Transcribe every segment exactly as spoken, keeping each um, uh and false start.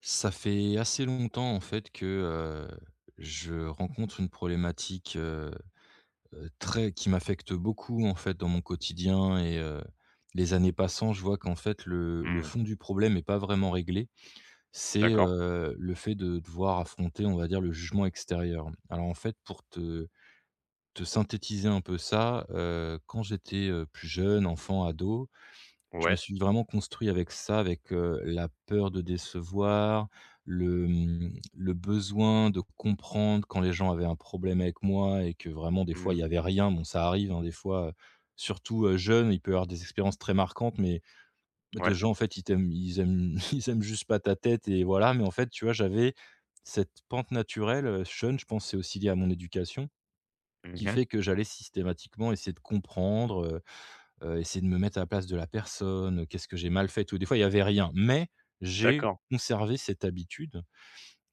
Ça fait assez longtemps en fait que, heu, je rencontre une problématique, heu heu, très qui m'affecte beaucoup en fait dans mon quotidien et heu, les années passant, je vois qu'en fait le le Mmh. fond du problème n'est pas vraiment réglé. C'est, D'accord. heu, le fait de devoir affronter, on va dire, le jugement extérieur. Alors en fait, pour te te synthétiser un peu ça, heu, quand j'étais, heu, plus jeune, enfant, ado, je me Ouais. suis vraiment construit avec ça, avec, heu, la peur de décevoir, le, mmh, le besoin de comprendre quand les gens avaient un problème avec moi et que vraiment des fois il y Mmh. avait rien. Bon ça arrive, hein, des fois, heu, surtout, heu, jeune, il peut y avoir des expériences très marquantes, mais Ouais. de gens en fait ils t'aiment ils aiment ils aiment juste pas ta tête et voilà. Mais en fait, tu vois, j'avais cette pente naturelle, heu, jeune, je pense que c'est aussi lié à mon éducation, Mmh qui mh. fait que j'allais systématiquement essayer de comprendre, heu, essayer de me mettre à la place de la personne, euh, qu'est-ce que j'ai mal fait et tout. Des fois, il y avait rien, mais j'ai D'accord. conservé cette habitude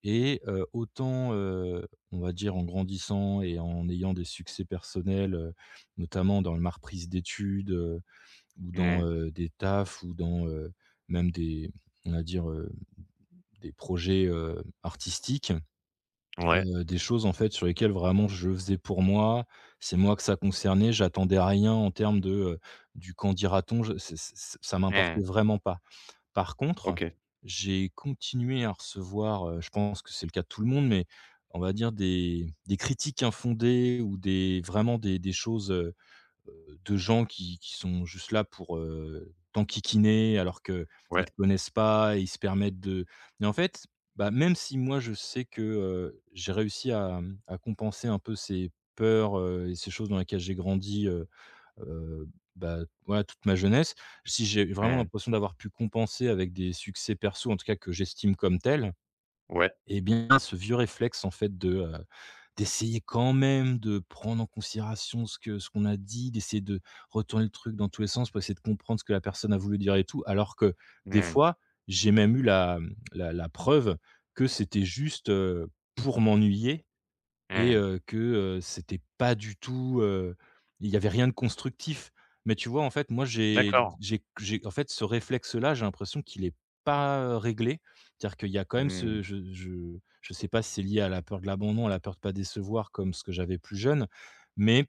et heu, autant, heu, on va dire en grandissant et en ayant des succès personnels, heu, notamment dans ma reprise d'études, heu, ou dans, Mmh. heu, des tafs ou dans, heu, même des on va dire, heu, des projets, heu, artistiques. Ouais. Heu, des choses en fait sur lesquelles vraiment je faisais pour moi, c'est moi que ça concernait, j'attendais rien en termes de, heu, du «qu'en dira-t-on», je ç ç ça m'importait Mmh. vraiment pas. Par contre, OK. j'ai continué à recevoir, heu, je pense que c'est le cas de tout le monde, mais on va dire des des critiques infondées ou des vraiment des des choses, euh, heu, de gens qui qui sont juste là pour, heu, t'enquiquiner alors qu'ils ne Ouais. te connaissent pas et ils se permettent de et en fait, bah, même si moi je sais que, heu, j'ai réussi à, mmh, à compenser un peu ces peurs, heu et ces choses dans lesquelles j'ai grandi, heu heu, bah, voilà, toute ma jeunesse. Si j'ai vraiment Mmh. l'impression d'avoir pu compenser avec des succès perso, en tout cas que j'estime comme tels Ouais. et bien ce vieux réflexe en fait de, d'essayer quand même de prendre en considération ce que ce qu'on a dit, d'essayer de retourner le truc dans tous les sens pour essayer de comprendre ce que la personne a voulu dire et tout. Alors que des Mmh. fois, j'ai même eu la, mmh, la la preuve que c'était juste, heu, pour m'ennuyer et Mmh. heu, que, heu, c'était pas du tout, heu, il y avait rien de constructif. Mais tu vois, en fait, moi, j'ai D'accord. j'ai j'ai en fait, ce réflexe-là, j'ai l'impression qu'il est pas, réglé. C'est-à-dire qu'il y a quand même Mmh. ce je je je sais pas si c'est lié à la peur de l'abandon, à la peur de pas décevoir comme ce que j'avais plus jeune, mais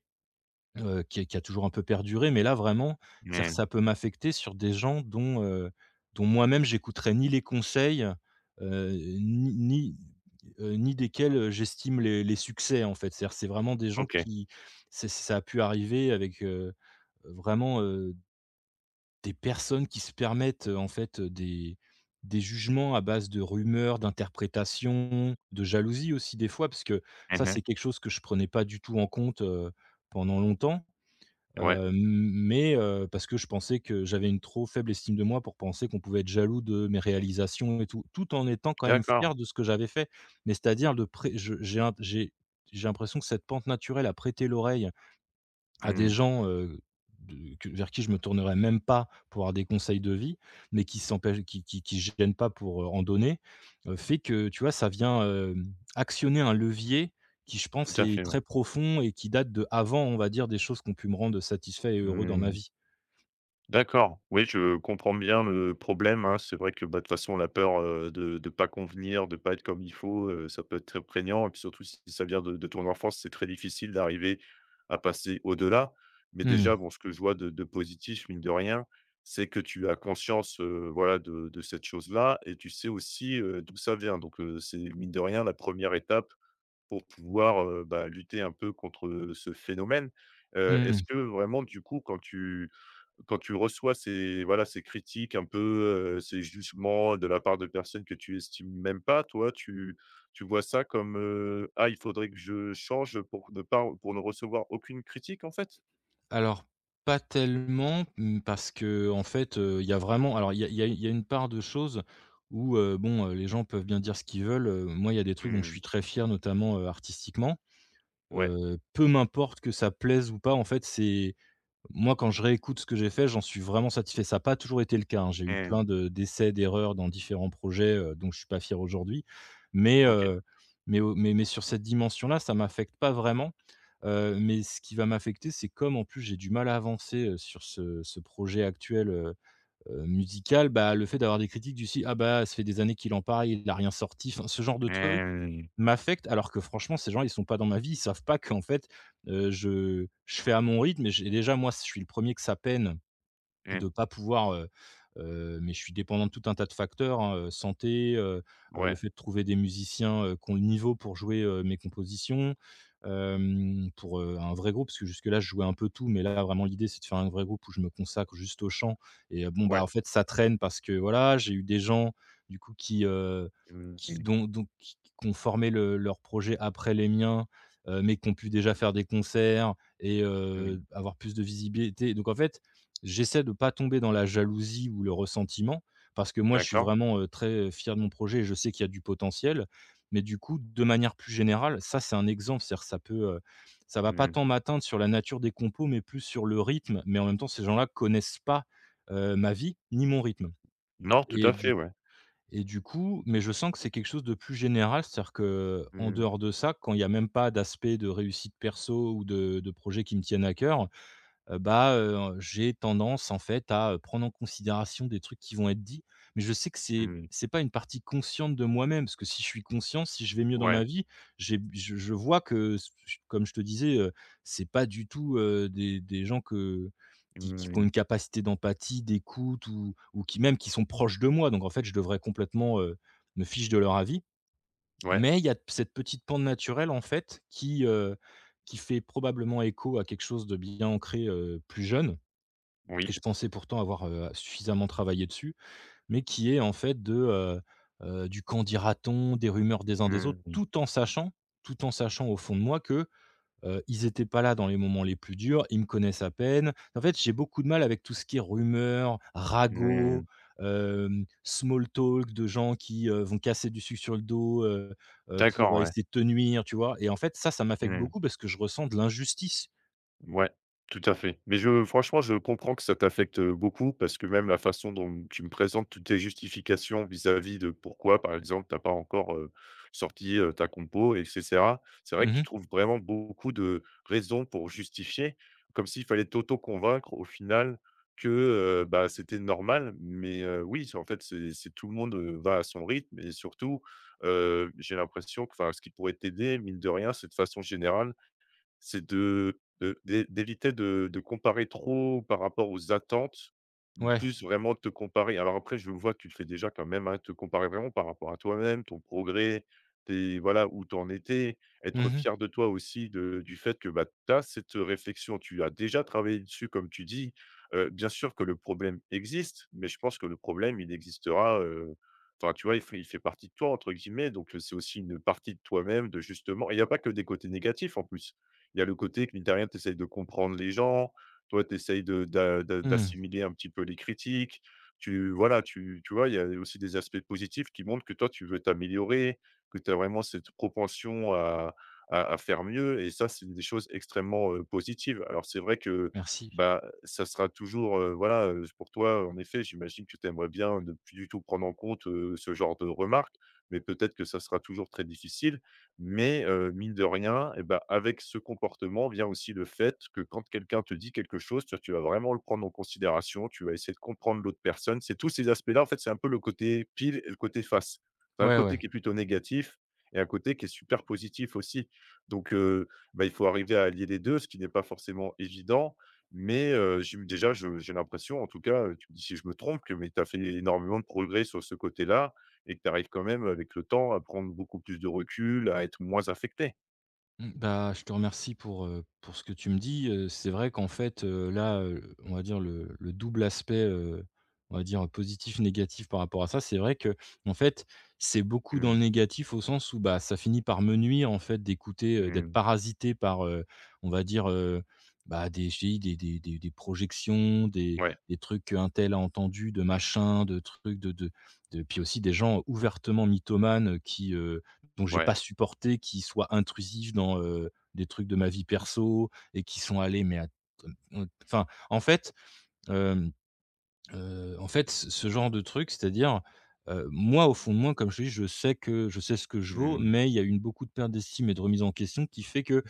Heu, qui est qui a toujours un peu perduré, mais là vraiment, c'est-à-dire que Mmh. ça peut m'affecter sur des gens dont, heu, dont moi-même j'écouterai ni les conseils, heu, ni ni, heu, ni desquels, j'estime les les succès en fait. C'est-à-dire que c'est vraiment des gens OK. qui c'est ça a pu arriver avec, heu, vraiment, heu, des personnes qui se permettent, heu, en fait, heu, des des jugements à base de rumeurs, d'interprétations, de jalousie aussi des fois, parce que Mmh ça, mh. c'est quelque chose que je prenais pas du tout en compte, heu, pendant longtemps. Ouais. Heu, mais heu, parce que je pensais que j'avais une trop faible estime de moi pour penser qu'on pouvait être jaloux de mes réalisations et tout, tout en étant quand même D'accord. fier de ce que j'avais fait. Mais c'est-à-dire de pré je j'ai un j'ai j'ai l'impression que cette pente naturelle à prêter l'oreille à des Mmh. gens, heu, de que vers qui je me tournerais même pas pour avoir des conseils de vie, mais qui s'empêchent qui qui qui se gênent pas pour, heu, en donner, heu, fait que, tu vois, ça vient, hem, actionner un levier qui, je Tout pense, à est fait, ouais. très profond et qui date de avant on va dire, des choses qui ont pu me rendre satisfait et heureux dans ma Mmh. vie. D'accord, oui, je comprends bien le problème, hein. C'est vrai que, bah, de toute façon, la peur, heu, de ne pas convenir, de pas être comme il faut, heu, ça peut être très prégnant et puis surtout si ça vient de de ton enfance, c'est très difficile d'arriver à passer au-delà. Mais déjà, Mmh, bon, ce que je vois de de positif, mine de rien, c'est que tu as conscience, heu, voilà, de de cette chose-là et tu sais aussi, heu, d'où ça vient. Donc, heu, c'est mine de rien la première étape pour pouvoir, heu, bah, lutter un peu contre, ce phénomène. Heu, est-ce mmh. que vraiment, du coup, quand tu quand tu reçois ces voilà, ces critiques un peu, heu, ces jugements de la part de personnes que tu estimes même pas, toi, tu tu vois ça comme, heu: «Ah, il faudrait que je change pour ne pas pour ne recevoir aucune critique», en fait? Alors, pas tellement, mmh, parce que en fait, heu, il y a vraiment alors il y a il y a il y a une part de choses où, heu, bon, heu, les gens peuvent bien dire ce qu'ils veulent, heu, moi, il y a des trucs dont je suis Mmh. très fier, notamment, heu, artistiquement. Ouais. Heu, peu m'importe que ça plaise ou pas, en fait, c'est moi, quand je réécoute ce que j'ai fait, j'en suis vraiment satisfait. Ça n'a pas toujours été le cas, hein. J'ai eu Mmh. plein de d'essais, d'erreurs dans différents projets, heu, dont je suis pas fier aujourd'hui. Mais OK. heu, mais au mais mais sur cette dimension-là, ça m'affecte pas vraiment. Heu, mais ce qui va m'affecter, c'est comme, en plus, j'ai du mal à avancer, heu, sur ce ce projet actuel, heu, heu, musical, bah, le fait d'avoir des critiques du style: «Ah bah, ça fait des années qu'il en parle, il n'a rien sorti». Enfin, ce genre de truc Mmh. m'affecte alors que franchement, ces gens, ils sont pas dans ma vie. Ils savent pas qu'en fait, heu, je je fais à mon rythme et j'ai déjà moi, je suis le premier que ça peine Mmh. de pas pouvoir, heu heu, mais je suis dépendant de tout un tas de facteurs, hein, heu, santé, heu heu, le Ouais. fait de trouver des musiciens, heu, qui ont le niveau pour jouer, heu, mes compositions, hem, pour, heu, un vrai groupe. Parce que jusque-là, je jouais un peu tout, mais là, vraiment, l'idée, c'est de faire un vrai groupe où je me consacre juste au chant et euh, bon, bah, Ouais. en fait, ça traîne parce que, voilà, j'ai eu des gens, du coup, qui, heu, Mmh qui mh. dont dont qui qui ont formé le leur projet après les miens, heu, mais qui ont pu déjà faire des concerts et Mmh. heu, avoir plus de visibilité. Donc en fait, j'essaie de pas tomber dans la jalousie ou le ressentiment, parce que moi, je suis D'accord. vraiment, heu, très fier de mon projet et je sais qu'il y a du potentiel. Mais du coup, de manière plus générale, ça, c'est un exemple, c'est-à-dire que ça peut, heu, ça va pas Mmh. tant m'atteindre sur la nature des compos, mais plus sur le rythme. Mais en même temps, ces gens-là connaissent pas, heu, ma vie ni mon rythme Non, tout et à fait, du ouais. et du coup mais je sens que c'est quelque chose de plus général, c'est-à-dire que en Mmh. dehors de ça, quand il y a même pas d'aspect de réussite perso ou de de projets qui me tiennent à cœur, heu, bah, heu, j'ai tendance en fait à, heu, prendre en considération des trucs qui vont être dits. Mais je sais que c'est Mmh. c'est pas une partie consciente de moi-même, parce que si je suis conscient, si je vais mieux dans ma Ouais. vie, j'ai je je vois que s comme je te disais, heu, c'est pas du tout, heu, des des gens que qui qui ont Mmh. une capacité d'empathie, d'écoute ou ou qui même qui sont proches de moi. Donc en fait, je devrais complètement, heu, me fiche de leur avis. Ouais. Mais il y a cette petite pente naturelle, en fait, qui, heu, qui fait probablement écho à quelque chose de bien ancré, heu, plus jeune et Oui. je pensais pourtant avoir, heu, suffisamment travaillé dessus, mais qui est en fait de, heu heu, du «Qu'en dira-t-on?» des rumeurs des uns des Mmh autres, mh. tout en sachant tout en sachant au fond de moi que, Heu, ils étaient pas là dans les moments les plus durs, ils me connaissent à peine. En fait, j'ai beaucoup de mal avec tout ce qui est rumeurs, ragots, Mmh. hem, small talk de gens qui, heu, vont casser du sucre sur le dos, heu heu, D'accord, pour ouais. essayer de te nuire, tu vois? Et en fait, ça, ça m'affecte Mmh. beaucoup parce que je ressens de l'injustice. Ouais, tout à fait. Mais je franchement, je comprends que ça t'affecte, beaucoup parce que même la façon dont tu me présentes toutes tes justifications vis-à-vis de pourquoi, par exemple, t'as pas encore, heu, sorti, heu, ta compo et cetera. C'est vrai que tu Mmh. trouves vraiment beaucoup de raisons pour justifier, comme s'il fallait t'auto-convaincre au final que, heu, bah, c'était normal. Mais, heu, oui, c'est en fait, c'est c'est tout le monde, heu, va à son rythme et surtout, heu, j'ai l'impression que, enfin, ce qui pourrait t'aider, mine de rien, c'est de façon générale c'est de de d'é d'éviter de de comparer trop par rapport aux attentes, Ouais. plus vraiment te comparer alors après je vois que tu le fais déjà quand même, hein, te comparer vraiment par rapport à toi-même, ton progrès, tes voilà où tu en étais, Mmh être mh. fier de toi aussi de du fait que, bah, tu as cette, réflexion, tu as déjà travaillé dessus comme tu dis. Heu, bien sûr que le problème existe, mais je pense que le problème il existera, heu, enfin tu vois? Il fait il fait partie de toi entre guillemets donc, heu, c'est aussi une partie de toi-même de justement et il y a pas que des côtés négatifs en plus il y a le côté que mine de rien, tu essayes de comprendre les gens, toi, tu essayes de d'a d'a Mmh. d'assimiler un petit peu les critiques. Tu Voilà, tu tu vois, il y a aussi des aspects positifs qui montrent que toi, tu veux t'améliorer, que tu as vraiment cette propension à à à faire mieux et ça, c'est des choses extrêmement, heu, positives. Alors c'est vrai que, Merci. bah, ça sera toujours, heu, voilà, heu, pour toi, en effet, j'imagine que tu aimerais bien ne plus du tout prendre en compte, heu, ce genre de remarques, mais peut-être que ça sera toujours très difficile. Mais heu, mine de rien et ben avec ce comportement vient aussi le fait que quand quelqu'un te dit quelque chose, tu tu vas vraiment le prendre en considération, tu vas essayer de comprendre l'autre personne. C'est tous ces aspects-là, en fait, c'est un peu le côté pile et le côté face. Tu Un Ouais, côté ouais. qui est plutôt négatif et un côté qui est super positif aussi. Donc heu, bah, il faut arriver à allier les deux, ce qui n'est pas forcément évident. Mais heu, j'im déjà, je j'ai l'impression en tout cas, heu, tu me dis si je me trompe que tu as fait énormément de progrès sur ce côté-là et que tu arrives quand même avec le temps à prendre beaucoup plus de recul, à être moins affecté. Mmh, bah, je te remercie pour, heu, pour ce que tu me dis, heu, c'est vrai qu'en fait, heu, là, heu, on va dire le le double aspect, heu, on va dire positif, négatif par rapport à ça, c'est vrai que en fait, c'est beaucoup dans le Mmh, négatif au sens où, bah, ça finit par me nuire en fait d'écouter, heu, d'être mmh, parasité par, heu, on va dire, heu, bah, des je t'ai dit des des des des projections, des ouais, des trucs qu'un tel a entendu, de machin, de trucs, de de de puis aussi des gens ouvertement mythomanes, qui, donc j'ai pas ouais, supporté qu'ils soient intrusifs dans, heu, des trucs de ma vie perso et qui sont allés mais à enfin, en fait, hem, heu, en fait, ce ce genre de truc, c'est-à-dire, heu, moi, au fond de moi, comme je te dis, je sais que je sais ce que je vaux, mmh, mais il y a eu une beaucoup de perte d'estime et de remise en question qui fait que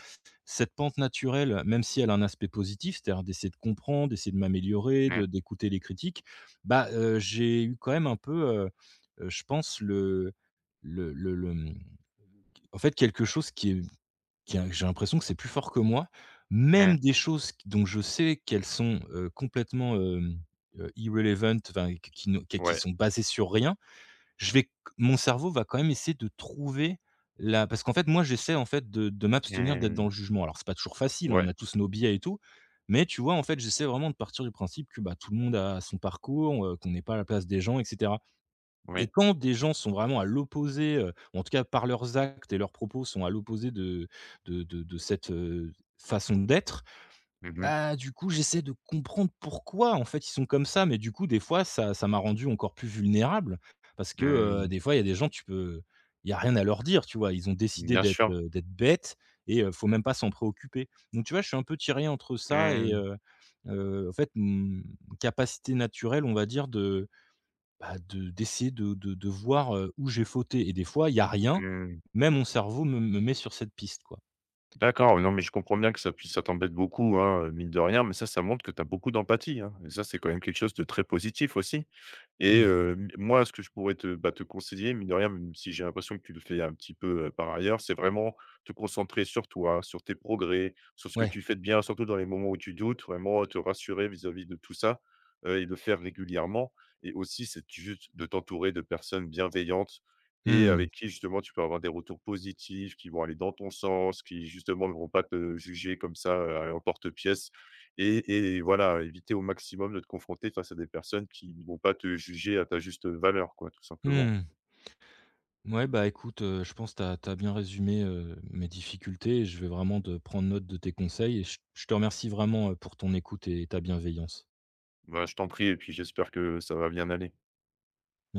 cette pente naturelle, même si elle a un aspect positif, c'est-à-dire d'essayer de comprendre, d'essayer de m'améliorer, de mmh, d'écouter les critiques, bah, heu, j'ai eu quand même un peu, heu heu, je pense le le le le, mmh, en fait, quelque chose qui est qui a j'ai l'impression que c'est plus fort que moi, mmh, même des choses q dont je sais qu'elles sont, heu, complètement, hem, heu, irrelevant, enfin, qui qui ne qui qui ouais, sont basées sur rien, je vais mon cerveau va quand même essayer de trouver la parce qu'en fait, moi, j'essaie, en fait, de de m'abstenir d'être dans mmh, le jugement. Alors c'est pas toujours facile, hein, on ouais, a tous nos biais et tout, mais tu vois, en fait, j'essaie vraiment de partir du principe que, bah, tout le monde a son parcours, heu, qu'on n'est pas à la place des gens et cetera. Et oui, quand des gens sont vraiment à l'opposé, heu, en tout cas par leurs actes et leurs propos sont à l'opposé de de de de cette, heu, façon d'être, mmh mh, bah, du coup, j'essaie de comprendre pourquoi, en fait, ils sont comme ça. Mais du coup, des fois, ça ça m'a rendu encore plus vulnérable parce que, heu, mmh, des fois, il y a des gens, tu peux il y a rien à leur dire, tu vois? Ils ont décidé bien d'être, sûr, heu, d'être bêtes et heu, faut même pas s'en préoccuper. Donc tu vois, je suis un peu tiré entre ça et mmh, heu heu, en fait, mon capacité naturelle, on va dire, de bah, de d'essayer de de de voir, heu, où j'ai fauté et des fois, il y a rien, mmh. mais mon cerveau me me met sur cette piste, quoi. D'accord, non, mais je comprends bien que ça puisse ça t'embête beaucoup, hein, mine de rien, mais ça, ça montre que tu as beaucoup d'empathie, hein et ça, c'est quand même quelque chose de très positif aussi. Et Mmh. heu, m moi, ce que je pourrais te, bah, te conseiller, mine de rien, même si j'ai l'impression que tu le fais un petit peu, heu, par ailleurs, c'est vraiment te concentrer sur toi, sur tes progrès, sur ce que Ouais. tu fais de bien, surtout dans les moments où tu doutes, vraiment te rassurer vis-à-vis de tout ça, heu et le faire régulièrement. Et aussi, c'est juste de t'entourer de personnes bienveillantes et Mmh. avec qui justement tu peux avoir des retours positifs, qui vont aller dans ton sens, qui justement ne vont pas te juger comme ça, heu, en porte-pièce. Et et voilà, éviter au maximum de te confronter face à des personnes qui ne vont pas te juger à ta juste valeur quoi, tout simplement. Mmh. Ouais, bah, écoute, heu, je pense tu as tu as bien résumé, heu, mes difficultés je vais vraiment de prendre note de tes conseils et je je te remercie vraiment, heu, pour ton écoute et ta bienveillance. Bah, je t'en prie et puis j'espère que ça va bien aller.